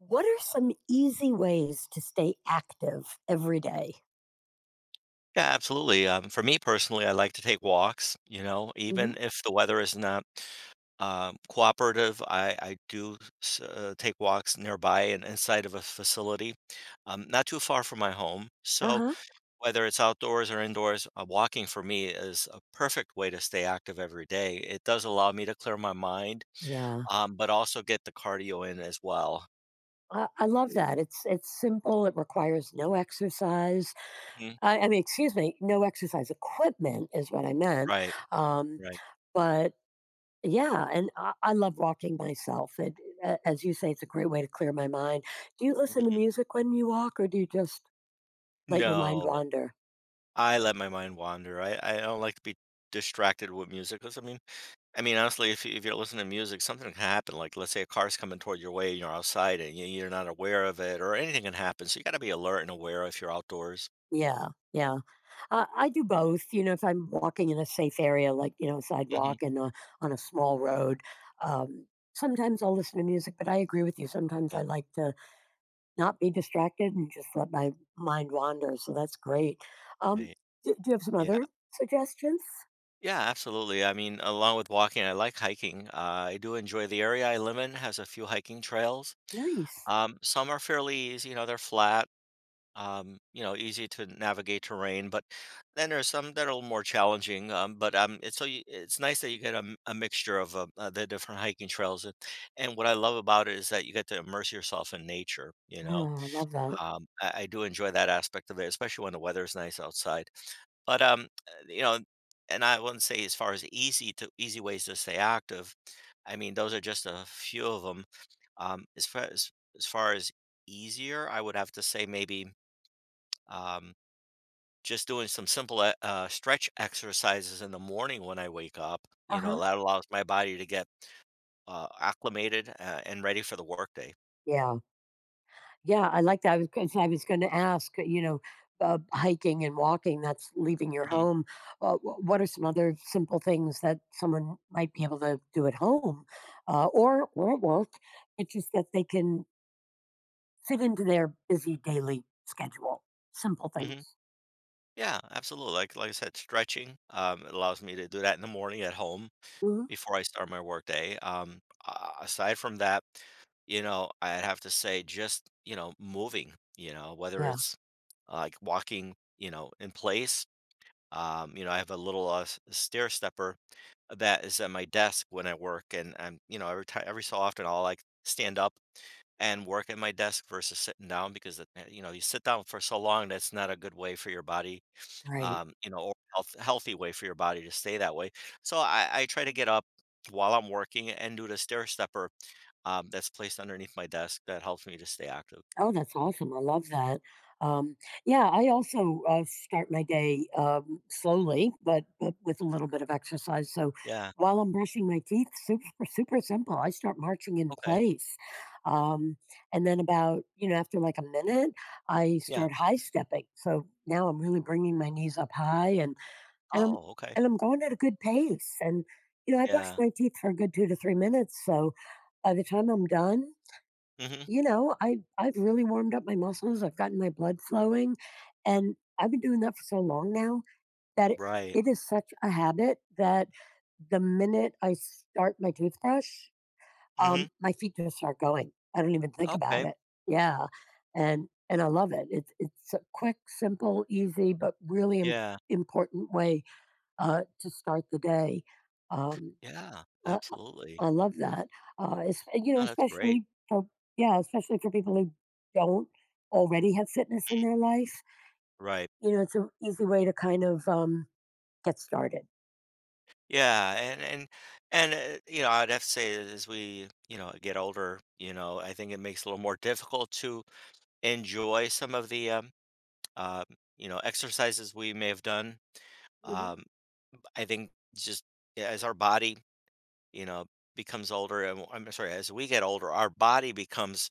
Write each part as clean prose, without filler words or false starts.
What are some easy ways to stay active every. Yeah, absolutely. For me personally, I like to take walks, you know, Hmm. even if the weather is not cooperative, I do take walks nearby and inside of a facility, not too far from my home. So Uh-huh. whether it's outdoors or indoors, walking for me is a perfect way to stay active every day. It does allow me to clear my mind, Yeah. But also get the cardio in as well. I love that. It's simple. It requires no exercise. Mhm. I mean, excuse me, no exercise equipment is what I meant. Right, Um, right. but yeah, and I love walking myself. As you say, it's a great way to clear my mind. Do you listen to Mm, music when you walk, or do you just let your mind no. wander? I let my mind wander. I don't like to be distracted with music. Cause I mean, honestly, if you if you're listening to music, something can happen. Like, let's say a car's coming toward your way and you're outside and you're not aware of it or anything can happen, so you gotta be alert and aware if you're outdoors. Yeah, yeah. I do both. You know, if I'm walking in a safe area, like Mhm. sidewalk and on a small road, um, sometimes I'll listen to music. But I agree with you. Sometimes Yeah, I like to not be distracted and just let my mind wander. So that's great. Um, right. do you have some Yeah. other suggestions? Yeah, absolutely. I mean, along with walking, I like hiking. I do enjoy the area I live in has a few hiking trails. Nice. Some are fairly easy, you know, they're flat, you know, easy to navigate terrain, but then there's some that are a little more challenging. But It's so you, it's nice that you get a, a mixture of the different hiking trails, and what I love about it is that you get to immerse yourself in nature. You know, Oh, I love that. I do enjoy that aspect of it, especially when the weather is nice outside. But You know, and I wouldn't say as far as easy ways to stay active. I mean, those are just a few of them. Um, as far as as far as easier, I would have to say maybe. Um, just doing some simple, e stretch exercises in the morning when I wake up, Uh you know, huh. that allows my body to get acclimated, and ready for the workday. Yeah. Yeah, I like that. I was gonna ask, hiking and walking, that's leaving your Mhm, home. What are some other simple things that someone might be able to do at home, or at work? It's just that they can fit into their busy daily schedule. Simple mhm. things. Yeah, absolutely, like I said, stretching, it allows me to do that in the morning at home Hmm. before I start my workday. A aside from that, you know, I'd have to say just, you know, moving, you know, whether Yeah, it's, like, walking, you know, in place. You know, I have a little, stair stepper that is at my desk when I work, and I'm, you know, every time, every so often, I'll like stand up and work at my desk versus sitting down because, you know, you sit down for so long, that's not a good way for your body, right. You know, or healthy way for your body to stay that way. So I try to get up while I'm working and do the stair stepper that's placed underneath my desk that helps me to stay active. Oh, that's awesome. I love that. Um, yeah, I also start my day slowly, but with a little bit of exercise. So Yeah. while I'm brushing my teeth, super, super simple, I start marching in Okay. place. Um, and then about, after like a minute, I Yeah. start high stepping. So now I'm really bringing my knees up high and I'm, Oh, okay. and I'm going at a good pace. And I brush Yeah. my teeth for a good 2 to 3 minutes. So by the time I'm done, Hmm. I've really warmed up my muscles, I've gotten my blood flowing, and I've been doing that for so long now that it, Right. it is such a habit that the minute I start my toothbrush, Hmm. My feet just start going. I don't even think about Okay. it. Yeah, and I love it. It's a quick, simple, easy, but really Yeah. important way to start the day. Um, Yeah. I, Absolutely. I love that. It's, Oh, that's great. especially for, yeah, especially for people who don't already have fitness in their life. Right. You know, it's an easy way to kind of get started. Yeah, and you know, I'd have to say that as we, you know, get older, you know, I think it makes it a little more difficult to enjoy some of the, um, you know, exercises we may have done. Hmm. Um, I think just as our body, you know, becomes older, and I'm sorry, as we get older, our body becomes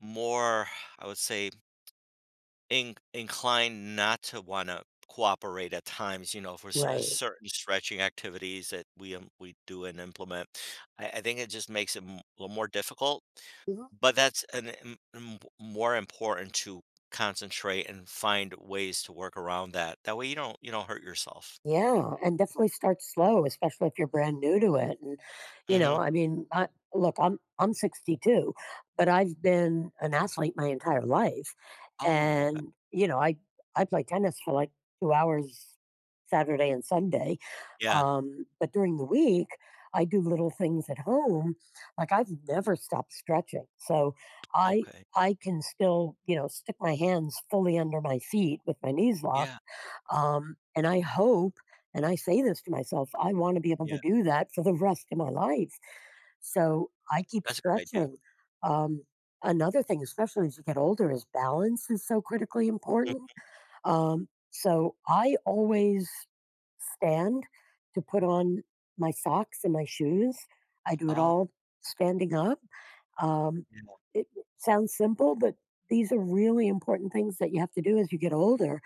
more, I would say, In inclined not to wanna cooperate at times, you know, for Right. certain stretching activities that we do and implement. I think it just makes it m a little more difficult, but that's an im m more important to concentrate and find ways to work around that. That way you don't hurt yourself. Yeah, and definitely start slow, especially if you're brand new to it. And Mhm. I mean, look, I'm 62, but I've been an athlete my entire life, Oh, okay. and I play tennis for like 2 hours Saturday and Sunday, Yeah. But during the week I do little things at home. Like I've never stopped stretching, so I Okay. I can still stick my hands fully under my feet with my knees locked, Yeah, and I hope, and I say this to myself, I want to be able to yeah. do that for the rest of my life. So I keep That's a good idea. stretching. Um, Another thing, especially as you get older, is balance is so critically Mm. important. So I always stand to put on my socks and my shoes. I do it Oh, all standing up. Um, yeah, it sounds simple, but these are really important things that you have to do as you get older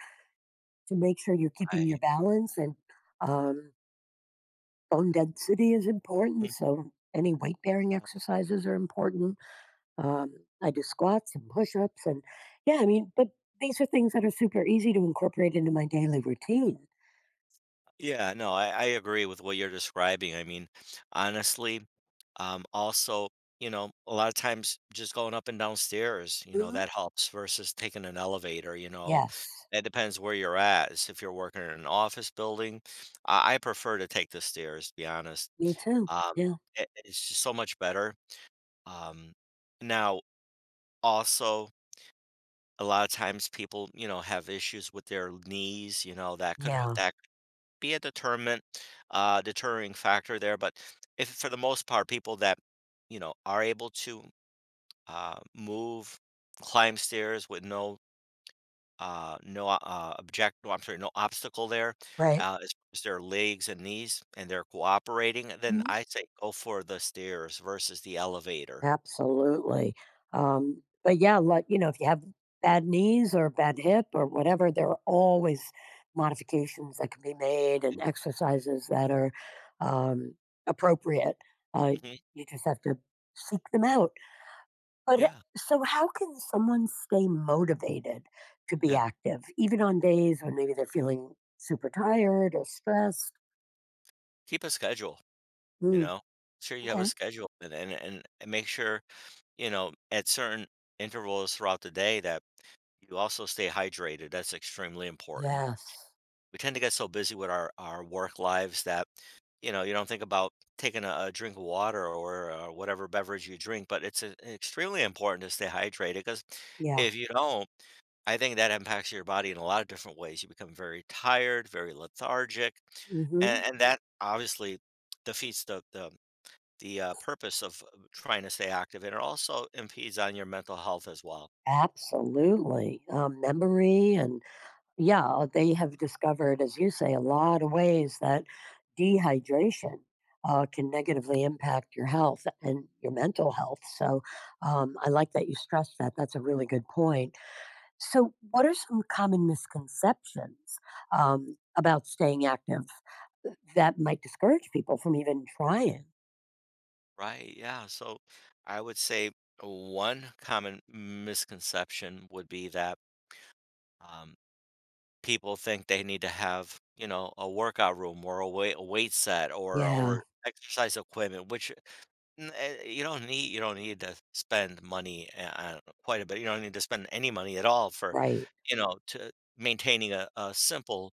to make sure you're keeping right. your balance, and um, bone density is important. Mm. So any weight bearing exercises are important. Um, I do squats and push ups, and yeah, I mean, but these are things that are super easy to incorporate into my daily routine. Yeah, no, I agree with what you're describing. I mean, honestly, also, you know, a lot of times just going up and downstairs, you know, Mhm. that helps versus taking an elevator, you know. Yes, It depends where you're at. If you're working in an office building, I prefer to take the stairs, to be honest. me too. Um, Yeah, it, it's just so much better. Um, Now, also, a lot of times people, you know, have issues with their knees, you know, that could yeah, that be a determinant, deterring factor there. But if for the most part, people that, you know, are able to move, climb stairs with no uh, no uh, object, no, I'm sorry, no obstacle there, right. As far as their legs and knees, and they're cooperating, then I say go for the stairs versus the elevator. Absolutely. But yeah, like, if you have bad knees or a bad hip or whatever, there are always modifications that can be made and exercises that are um, appropriate. Uh, Mhm. you just have to seek them out. But h- Yeah, so, how can someone stay motivated to be yeah. active, even on days when maybe they're feeling super tired or stressed? Keep a schedule, you Mm, know. Sure, you have a okay. schedule, and make sure you know at certain intervals throughout the day that you also stay hydrated. That's extremely important. Yes. We tend to get so busy with our work lives that, you know, you don't think about taking a drink of water or whatever beverage you drink, but it's extremely important to stay hydrated because Yeah. if you don't, I think that impacts your body in a lot of different ways. You become very tired, very lethargic, and, Hmm. and that obviously defeats the purpose of trying to stay active, and it also impedes on your mental health as well. Absolutely. Memory and, yeah, they have discovered, as you say, a lot of ways that dehydration can negatively impact your health and your mental health. So, I like that you stressed that. That's a really good point. So, what are some common misconceptions about staying active that might discourage people from even trying? Right, yeah. So I would say one common misconception would be that um, people think they need to have, you know, a workout room or a weight set or Yeah, exercise equipment, which you don't need. You don't need to spend money quite a bit. You don't need to spend any money at all for, right. you know, to maintaining a simple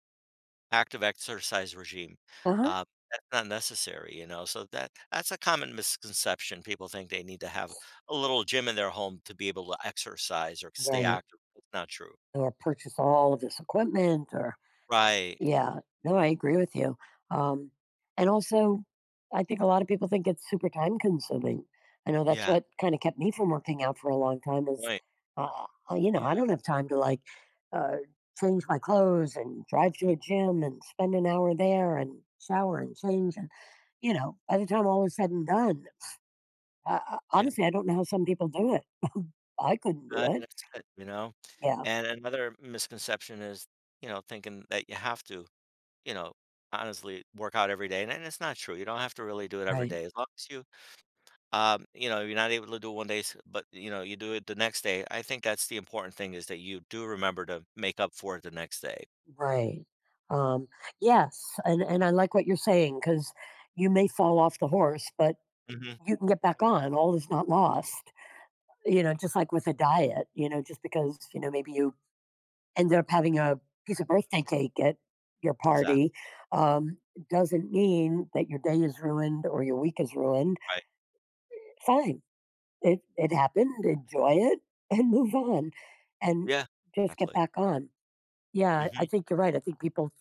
active exercise regime. Uh huh. Um, that's not necessary, you know. So that's a common misconception. People think they need to have a little gym in their home to be able to exercise or stay Right. active. It's not true. Or purchase all of this equipment or. Right. Yeah. No, I agree with you. Um, and also, I think a lot of people think it's super time consuming. I know that's Yeah. what kind of kept me from working out for a long time is, Right. uh, I Yeah. don't have time to like uh, change my clothes and drive to Mhm, a gym and spend an hour there and shower and change. And, by the time all is said and done, yeah. honestly, I don't know how some people do it. I couldn't do it. That's it. You know. Yeah. And another misconception is, you know, thinking that you have to, you know, honestly work out every day, and it's not true. You don't have to really do it every Right. day. As long as you you know, you're not able to do one day, but you know, you do it the next day. I think that's the important thing is that you do remember to make up for it the next day. Right. Um, yes, and I like what you're saying because you may fall off the horse, but Hmm. you can get back on. All is not lost. You know, just like with a diet. You know, just because maybe you ended up having a piece of birthday cake at your Exactly. party, um, doesn't mean that your day is ruined or your week is ruined. Right. Fine, it happened. Enjoy it and move on, and Yeah. just get Exactly. back on. Yeah, I Hmm. think you're right. I think people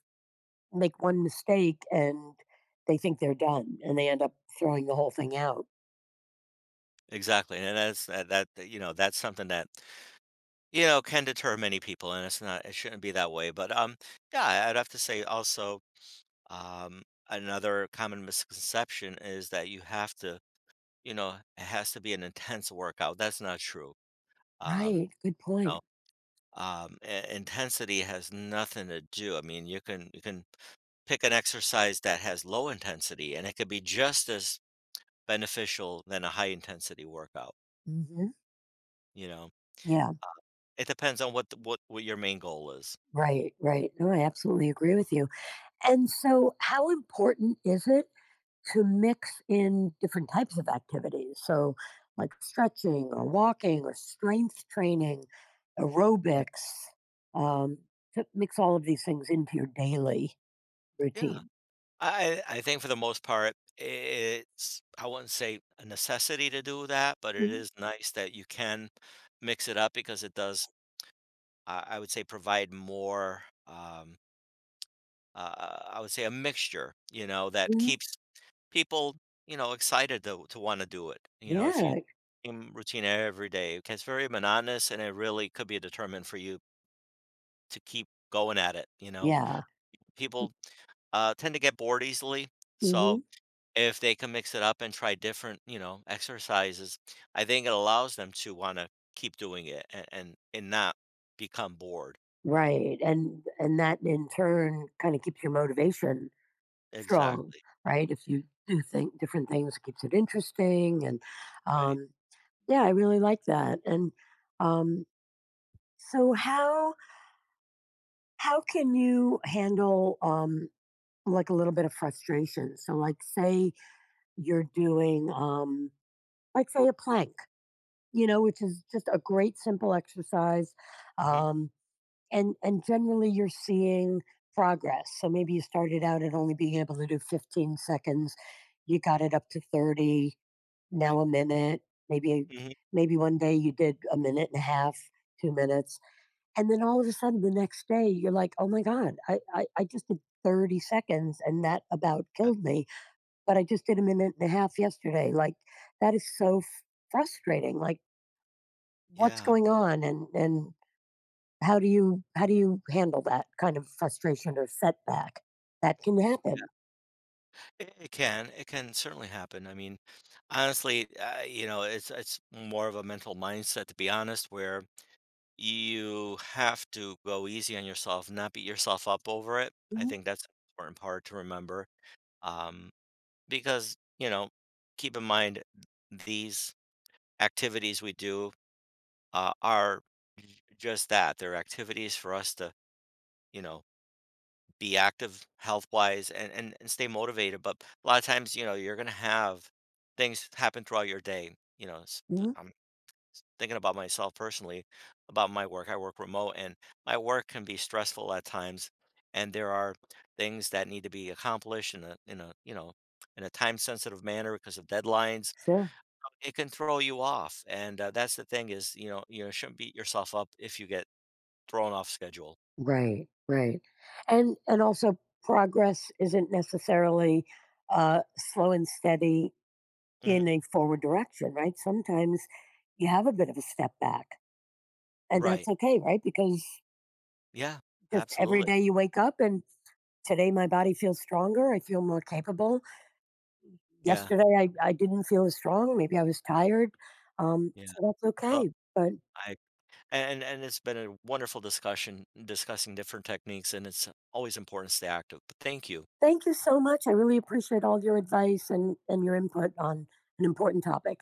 make one mistake and they think they're done and they end up throwing the whole thing out. Exactly. And that's you know that's something that you know can deter many people, and it shouldn't be that way. But yeah, I'd have to say also um another common misconception is that you have to you know it has to be an intense workout. That's not true. Um, Right. Good point. Intensity has nothing to do. I mean, you can pick an exercise that has low intensity, and it could be just as beneficial than a high intensity workout. Hmm. You know, Yeah. it depends on what your main goal is. Right. Right. No, I absolutely agree with you. And so, how important is it to mix in different types of activities? So, like stretching or walking or strength training, Yeah, aerobics, um, to mix all of these things into your daily yeah. routine. I think for the most part, it's I wouldn't say a necessity to do that, but it Hmm. is nice that you can mix it up because it does. I would say provide more. I would say a mixture, you know, that Hmm. keeps people, you know, excited to wanna do it, you know, if you Yeah. same routine every day, it gets very monotonous, and it really could be a determinant for you to keep going at it, you know? Yeah. People, tend to get bored easily, so Mhm. if they can mix it up and try different, you know, exercises, I think it allows them to wanna keep doing it and not become bored. Right, and that in turn kinda keeps your motivation strong, Exactly, right? If you do think different things, it keeps it interesting, and, right. um, yeah, I really like that, and, um, so how can you handle, like, a little bit of frustration? So, like, say you're doing, like, say, a plank, which is just a great simple exercise, Mhm, um and generally you're seeing progress. So maybe you started out at only being able to do 15 seconds, you got it up to 30, now right. a minute, maybe Mhm, maybe one day you did a minute and a half, 2 minutes, and then all of a sudden the next day you're like, oh my god, I just did 30 seconds and that about uh, killed me, but I just did a minute and a half yesterday. Like, that is so frustrating. Like, what's yeah. going on? And how do you handle that kind of frustration or setback? That can happen. It can. It can certainly happen. I mean, honestly, you know, it's more of a mental mindset to be honest, where you have to go easy on yourself, not beat yourself up over it. I Mhm, think that's an important part to remember. Um, because, you know, keep in mind these activities we do are just that. They're activities for us to, you know, be active health wise, and and stay motivated, but a lot of times you know you're gonna have things happen throughout your day, you know. Mhm, I'm thinking about myself personally about my work. I work remote, and my work can be stressful at times, and there are things that need to be accomplished in a, you know, in a time sensitive manner because of deadlines. sure. It can throw you off, and that's the thing is, you know, you shouldn't beat yourself up if you get thrown off schedule. Right, right. And also progress isn't necessarily slow and steady in Hmm. a forward direction, right? Sometimes you have a bit of a step back, and that's Right. okay, right? Because Yeah. just every Absolutely. day you wake up and today my body feels stronger. I feel more capable. Yeah. Yesterday I didn't feel as strong. Maybe I was tired. So that's Well, okay. But I and it's been a wonderful discussion discussing different techniques, and it's always important to stay active. But thank you. thank you so much. I really appreciate all your advice, and your input on an important topic.